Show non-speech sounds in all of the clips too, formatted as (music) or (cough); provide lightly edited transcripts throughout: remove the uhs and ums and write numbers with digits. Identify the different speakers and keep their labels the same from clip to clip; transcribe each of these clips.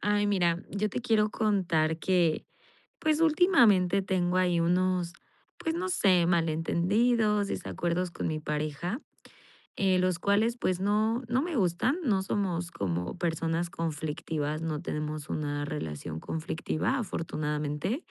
Speaker 1: Ay, mira, yo te quiero contar que, pues últimamente tengo ahí unos, pues no sé, malentendidos, desacuerdos con mi pareja, los cuales pues no, no me gustan, no somos como personas conflictivas, no tenemos una relación conflictiva, afortunadamente,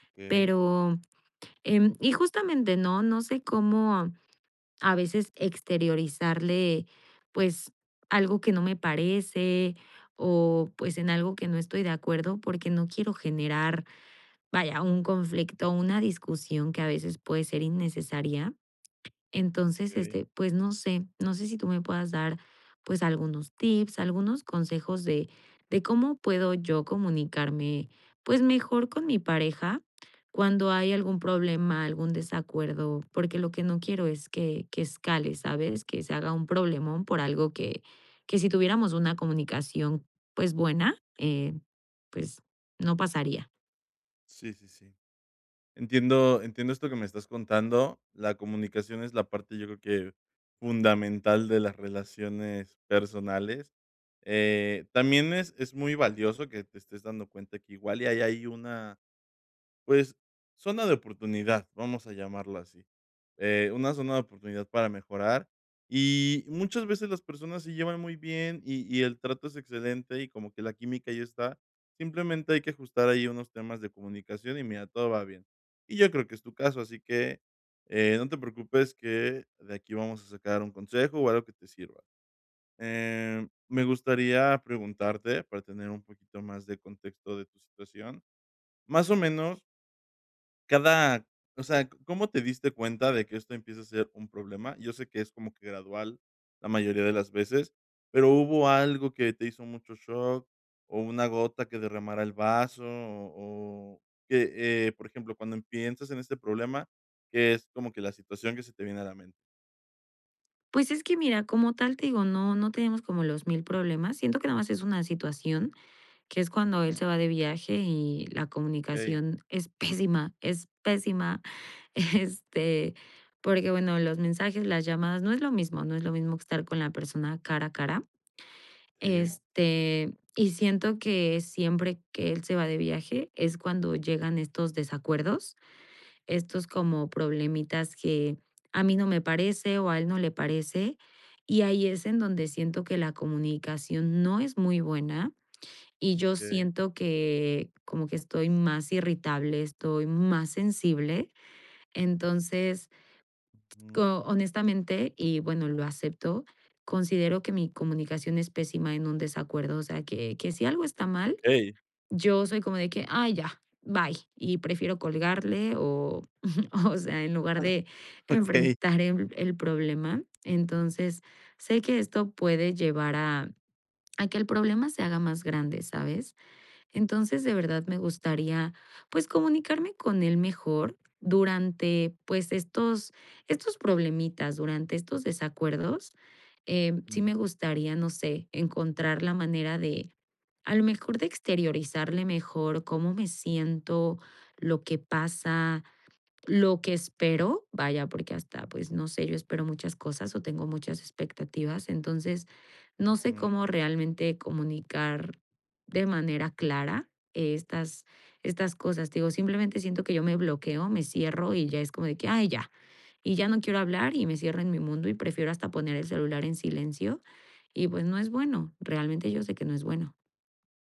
Speaker 2: Okey,
Speaker 1: pero, y justamente no, no sé cómo a veces exteriorizarle, pues, algo que no me parece o pues en algo que no estoy de acuerdo porque no quiero generar, vaya, un conflicto, una discusión que a veces puede ser innecesaria. Entonces,
Speaker 2: okey.
Speaker 1: este, pues no sé, no sé si tú me puedas dar, pues algunos tips, algunos consejos de cómo puedo yo comunicarme, pues mejor con mi pareja cuando hay algún problema, algún desacuerdo, porque lo que no quiero es que escale, ¿sabes? Que se haga un problemón por algo que si tuviéramos una comunicación, pues buena, pues no pasaría.
Speaker 2: Sí, sí, sí. Entiendo esto que me estás contando. La comunicación es la parte, yo creo que fundamental de las relaciones personales. También es muy valioso que te estés dando cuenta que igual y ahí hay una Pues, zona de oportunidad, vamos a llamarlo así. Una zona de oportunidad para mejorar, y muchas veces las personas se llevan muy bien, y el trato es excelente, y como que la química ya está, simplemente hay que ajustar ahí unos temas de comunicación y mira, todo va bien. Y yo creo que es tu caso, así que, no te preocupes que de aquí vamos a sacar un consejo o algo que te sirva. Em, me gustaría preguntarte, para tener un poquito más de contexto de tu situación, más o menos cada o sea, ¿cómo te diste cuenta de que esto empieza a ser un problema? Yo sé que es como que gradual la mayoría de las veces, pero ¿hubo algo que te hizo mucho shock, o una gota que derramara el vaso, o que, por ejemplo, cuando piensas en este problema, qué es como que la situación que se te viene a la mente?
Speaker 1: Pues es que mira, como tal te digo, no, no tenemos como los mil problemas. Siento que nada más es una situación que es cuando él
Speaker 2: Ujú.
Speaker 1: se va de viaje y la
Speaker 2: Okey.
Speaker 1: comunicación es pésima, es pésima. (laughs) Este, porque bueno, los mensajes, las llamadas, no es lo mismo, no es lo mismo que estar con la persona cara a cara.
Speaker 2: Sí.
Speaker 1: Este, y siento que siempre que él se va de viaje es cuando llegan estos desacuerdos, estos como problemitas que a mí no me parece o a él no le parece. Y ahí es en donde siento que la comunicación no es muy buena y yo
Speaker 2: Okey.
Speaker 1: siento que como que estoy más irritable, estoy más sensible. Entonces,
Speaker 2: Ujú.
Speaker 1: honestamente, y bueno, lo acepto, considero que mi comunicación es pésima en un desacuerdo. O sea, que si algo está mal,
Speaker 2: Okey,
Speaker 1: yo soy como de que, ay, ya, bye. Y prefiero colgarle o, (laughs) o sea, en lugar de
Speaker 2: okey.
Speaker 1: enfrentar el problema. Entonces, sé que esto puede llevar a que el problema se haga más grande, ¿sabes? Entonces, de verdad me gustaría, pues, comunicarme con él mejor durante, pues, estos problemitas, durante estos desacuerdos, sí me
Speaker 2: Mm.
Speaker 1: gustaría, no sé, encontrar la manera de, a lo mejor, de exteriorizarle mejor cómo me siento, lo que pasa, lo que espero, vaya, porque hasta, pues, no sé, yo espero muchas cosas o tengo muchas expectativas, entonces,
Speaker 2: (laughs)
Speaker 1: no sé
Speaker 2: Ujú.
Speaker 1: cómo realmente comunicar de manera clara eh, estas estas cosas. Te digo, simplemente siento que yo me bloqueo, me cierro y ya es como de que: "Ay, ya". Y ya no quiero hablar y me cierro en mi mundo y prefiero hasta poner el celular en silencio y, pues, no es bueno, realmente yo sé que no es bueno.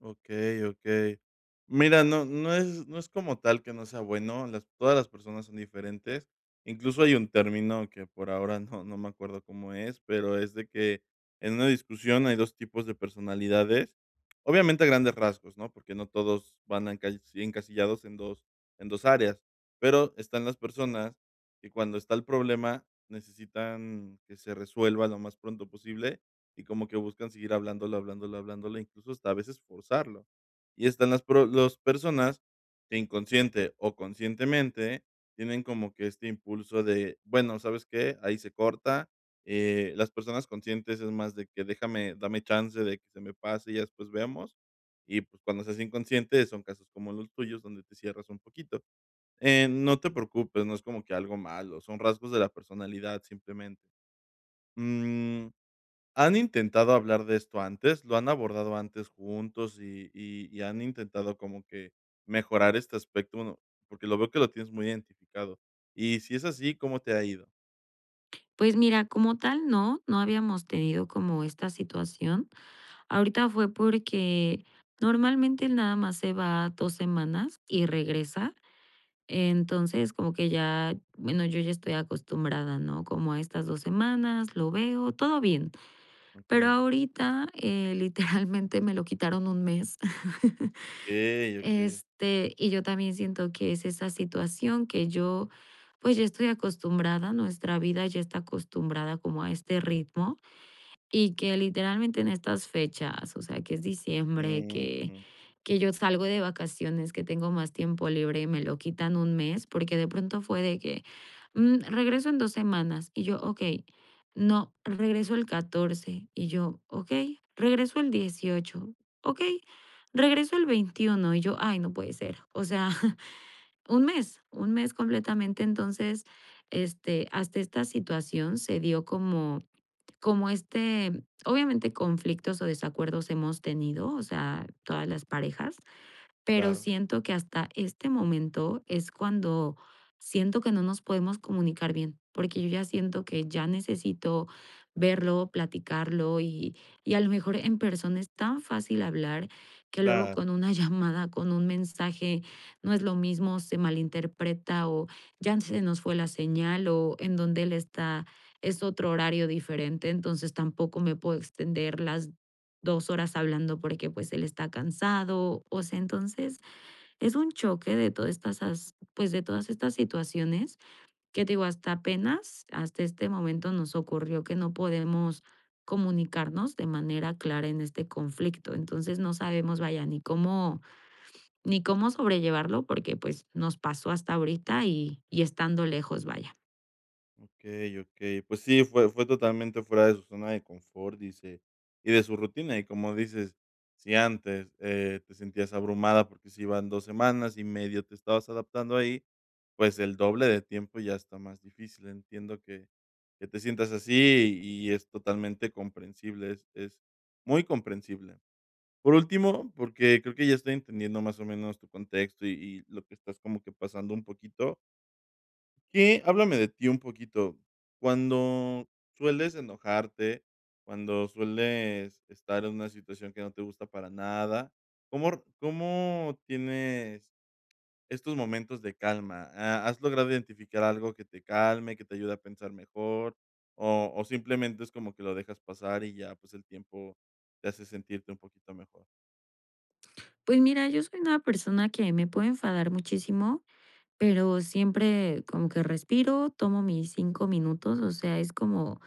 Speaker 2: Okey, okey. Mira, no es no es como tal que no sea bueno, las todas las personas son diferentes. Incluso hay un término que por ahora no me acuerdo cómo es, pero es de que en una discusión hay 2 tipos de personalidades, obviamente a grandes rasgos, ¿no? Porque no todos van a encasillados en 2 áreas, pero están las personas que cuando está el problema necesitan que se resuelva lo más pronto posible y como que buscan seguir hablándolo, hablándolo, hablándolo, incluso hasta a veces forzarlo. Y están las pro los personas que inconsciente o conscientemente tienen como que este impulso de, bueno, ¿sabes qué? Ahí se corta. Las personas conscientes es más de que déjame, dame chance de que se me pase y ya después vemos. Y pues cuando seas inconsciente son casos como los tuyos donde te cierras un poquito. No te preocupes, no es como que algo malo, son rasgos de la personalidad simplemente. Mm. ¿Han intentado hablar de esto antes? ¿Lo han abordado antes juntos y y han intentado como que mejorar este aspecto? Bueno, porque lo veo que lo tienes muy identificado. Y si es así, ¿cómo te ha ido?
Speaker 1: Pues mira, como tal, no, no habíamos tenido como esta situación. Ahorita fue porque normalmente él nada más se va 2 semanas y regresa. Entonces, como que ya, bueno, yo ya estoy acostumbrada, ¿no? Como a estas 2 semanas, lo veo, todo bien. Pero
Speaker 2: Okey,
Speaker 1: ahorita, (laughs) literalmente me lo quitaron 1 mes. (laughs)
Speaker 2: okey, okey.
Speaker 1: Este, y yo también siento que es esa situación que yo, pues, ya estoy acostumbrada, nuestra vida ya está acostumbrada como a este ritmo. Y que literalmente en estas fechas, o sea, que es diciembre, que
Speaker 2: Ujú.
Speaker 1: que yo salgo de vacaciones, que tengo más tiempo libre y me lo quitan 1 mes, porque de pronto fue de que, regreso en 2 semanas y yo, okey. No, regreso el 14 y yo, okey. Regreso el 18, okey. Regreso el 21 y yo, ay, no puede ser, o sea, (laughs) 1 mes, 1 mes completamente. Entonces, este, hasta esta situación se dio como como, obviamente conflictos o desacuerdos hemos tenido, o sea, todas las parejas, pero
Speaker 2: Claro,
Speaker 1: siento que hasta este momento es cuando siento que no nos podemos comunicar bien, porque yo ya siento que ya necesito verlo, platicarlo y a lo mejor en persona es tan fácil hablar que luego
Speaker 2: claro.
Speaker 1: con una (laughs) llamada, con un mensaje, no es lo mismo, se malinterpreta o ya se nos fue la señal o en donde él está es otro horario diferente, entonces tampoco me puedo extender las 2 horas hablando porque, pues, él está cansado. O sea, entonces es un choque de todas estas as pues, de todas estas situaciones que, te digo, hasta apenas, hasta este momento nos ocurrió que no podemos comunicarnos de manera clara en este conflicto. Entonces, no sabemos, vaya, ni cómo sobrellevarlo porque, pues, nos pasó hasta ahorita y estando lejos, vaya.
Speaker 2: Okey, okey. Pues sí, fue totalmente fuera de su zona de confort, dice, y de su rutina. Y como dices, si antes, te sentías abrumada porque si iban 2 semanas y medio te estabas adaptando ahí, pues el doble de tiempo ya está más difícil. Entiendo que te sientas así, y es totalmente comprensible, es muy comprensible. Por último, porque creo que ya estoy entendiendo más o menos tu contexto, y lo que estás como que pasando un poquito. ¿Qué? Háblame de ti un poquito. Cuando sueles enojarte, cuando sueles estar en una situación que no te gusta para nada, ¿ cómo tienes estos momentos de calma? ¿Ha Has logrado identificar algo que te calme, que te ayude a pensar mejor, o simplemente es como que lo dejas pasar y ya, pues, el tiempo te hace sentirte un poquito mejor?
Speaker 1: Pues mira, yo soy una persona que me puede enfadar muchísimo, pero siempre como que respiro, tomo mis 5 minutos, o sea, es como,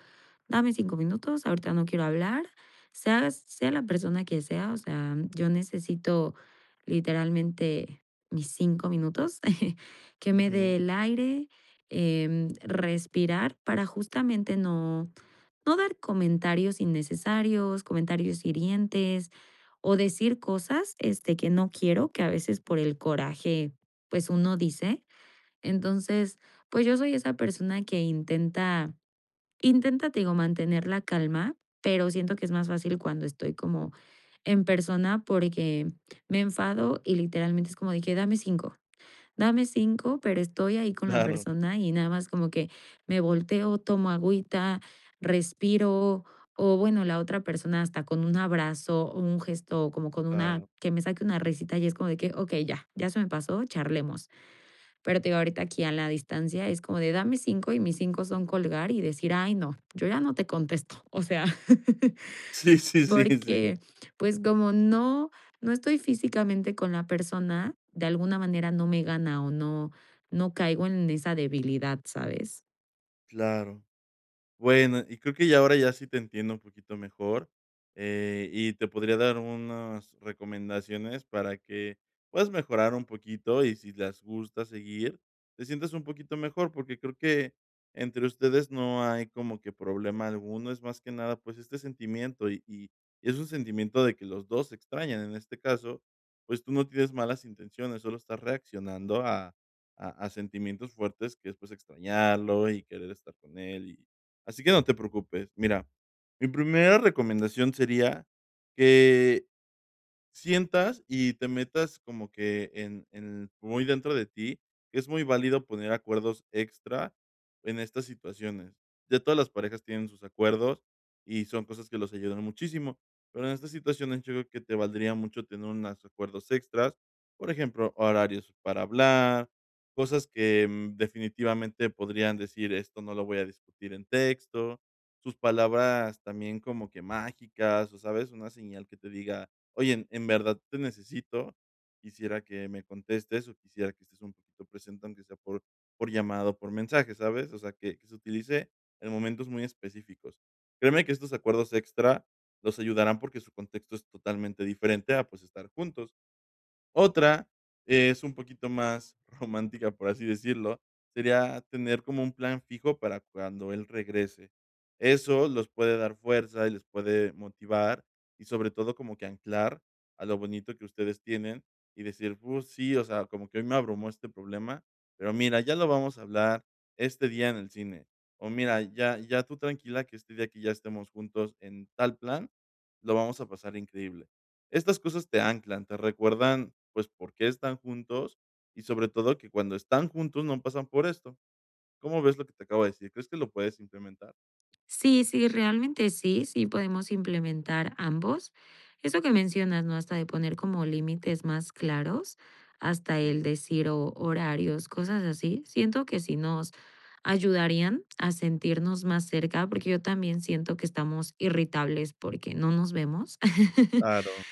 Speaker 1: dame 5 minutos, ahorita no quiero hablar, sea, sea la persona que sea, o sea, yo necesito literalmente mis 5 minutos, (laughs) que me
Speaker 2: Ujú.
Speaker 1: dé el
Speaker 2: (laughs)
Speaker 1: aire, respirar para justamente no, no dar comentarios innecesarios, comentarios hirientes o decir cosas este, que no quiero, que a veces por el coraje pues uno dice, entonces, pues yo soy esa persona que intenta, intenta, te digo, mantener la calma, pero siento que es más fácil cuando estoy como en persona porque me enfado y literalmente es como dije, dame cinco, pero estoy ahí con la
Speaker 2: Claro,
Speaker 1: persona y nada más como que me volteo, tomo agüita, respiro, o bueno, la otra persona hasta con un abrazo o un gesto, como con una,
Speaker 2: claro.
Speaker 1: que me saque una risita y es como de que, ok, ya, ya se me pasó, charlemos. Pero te digo, ahorita aquí a la distancia es como de dame 5 y mis 5 son colgar y decir: "Ay, no, yo ya no te contesto". O sea, (laughs)
Speaker 2: Sí, sí, sí, sí.
Speaker 1: porque, pues, como no no estoy físicamente con la persona, de alguna manera no me gana o no no caigo en esa debilidad, ¿sabes?
Speaker 2: Claro. Bueno, y creo que ya ahora ya sí te entiendo un poquito mejor, y te podría dar unas recomendaciones para que puedas mejorar un poquito y si las gusta seguir, te sientas un poquito mejor, porque creo que entre ustedes no hay como que problema alguno, es más que nada, pues, este sentimiento y y es un sentimiento de que los 2 se extrañan. En este caso, pues, tú no tienes malas intenciones, solo estás reaccionando a a sentimientos fuertes que es, pues, extrañarlo y querer estar con él. Así que no te preocupes. Mira, mi primera recomendación sería que sientas y te metas como que en muy dentro de ti, que es muy válido poner acuerdos extra en estas situaciones. Ya todas las parejas tienen sus acuerdos y son cosas que los ayudan muchísimo, pero en estas situaciones yo creo que te valdría mucho tener unos acuerdos extras, por ejemplo, horarios para hablar, cosas que, definitivamente podrían decir: "Esto no lo voy a discutir en texto", sus palabras también como que mágicas, o, ¿sabes? Una señal que te diga: oye, en verdad te necesito, quisiera que me contestes o quisiera que estés un poquito presente, aunque sea por llamado, por mensaje, ¿sabes? O sea, que se utilice en momentos muy específicos. Créeme que estos acuerdos extra los ayudarán porque su contexto es totalmente diferente a, pues, estar juntos. Otra es un poquito más (laughs) romántica, por así decirlo, sería tener como un plan fijo para cuando él regrese. Eso los puede dar fuerza y les puede motivar y sobre todo como que anclar a lo bonito que ustedes tienen y decir, pues sí, o sea, como que hoy me abrumó este problema, pero mira, ya lo vamos a hablar este día en el cine. O mira, ya tú tranquila que este día que ya estemos juntos en tal plan, lo vamos a pasar increíble. Estas cosas te anclan, te recuerdan, pues, por qué están juntos y, sobre todo, que cuando están juntos no pasan por esto. ¿Cómo ves lo que te acabo de decir? ¿Crees que lo puedes implementar?
Speaker 1: Sí, sí, realmente sí, sí podemos implementar ambos. Eso que mencionas, ¿no? Hasta de poner como límites más claros, hasta el
Speaker 2: Sí,
Speaker 1: decir o horarios, cosas así. Siento que sí nos ayudarían a sentirnos más cerca, porque yo también siento que estamos irritables porque no nos vemos. (laughs)
Speaker 2: claro.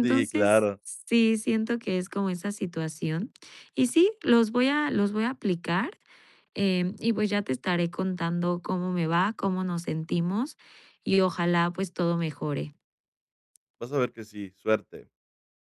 Speaker 2: Sí, claro.
Speaker 1: sí, siento que es como esa situación. Y sí, los voy a aplicar. Y pues ya te estaré contando cómo me va, cómo nos sentimos y ojalá pues todo mejore.
Speaker 2: Vas a ver que sí, suerte.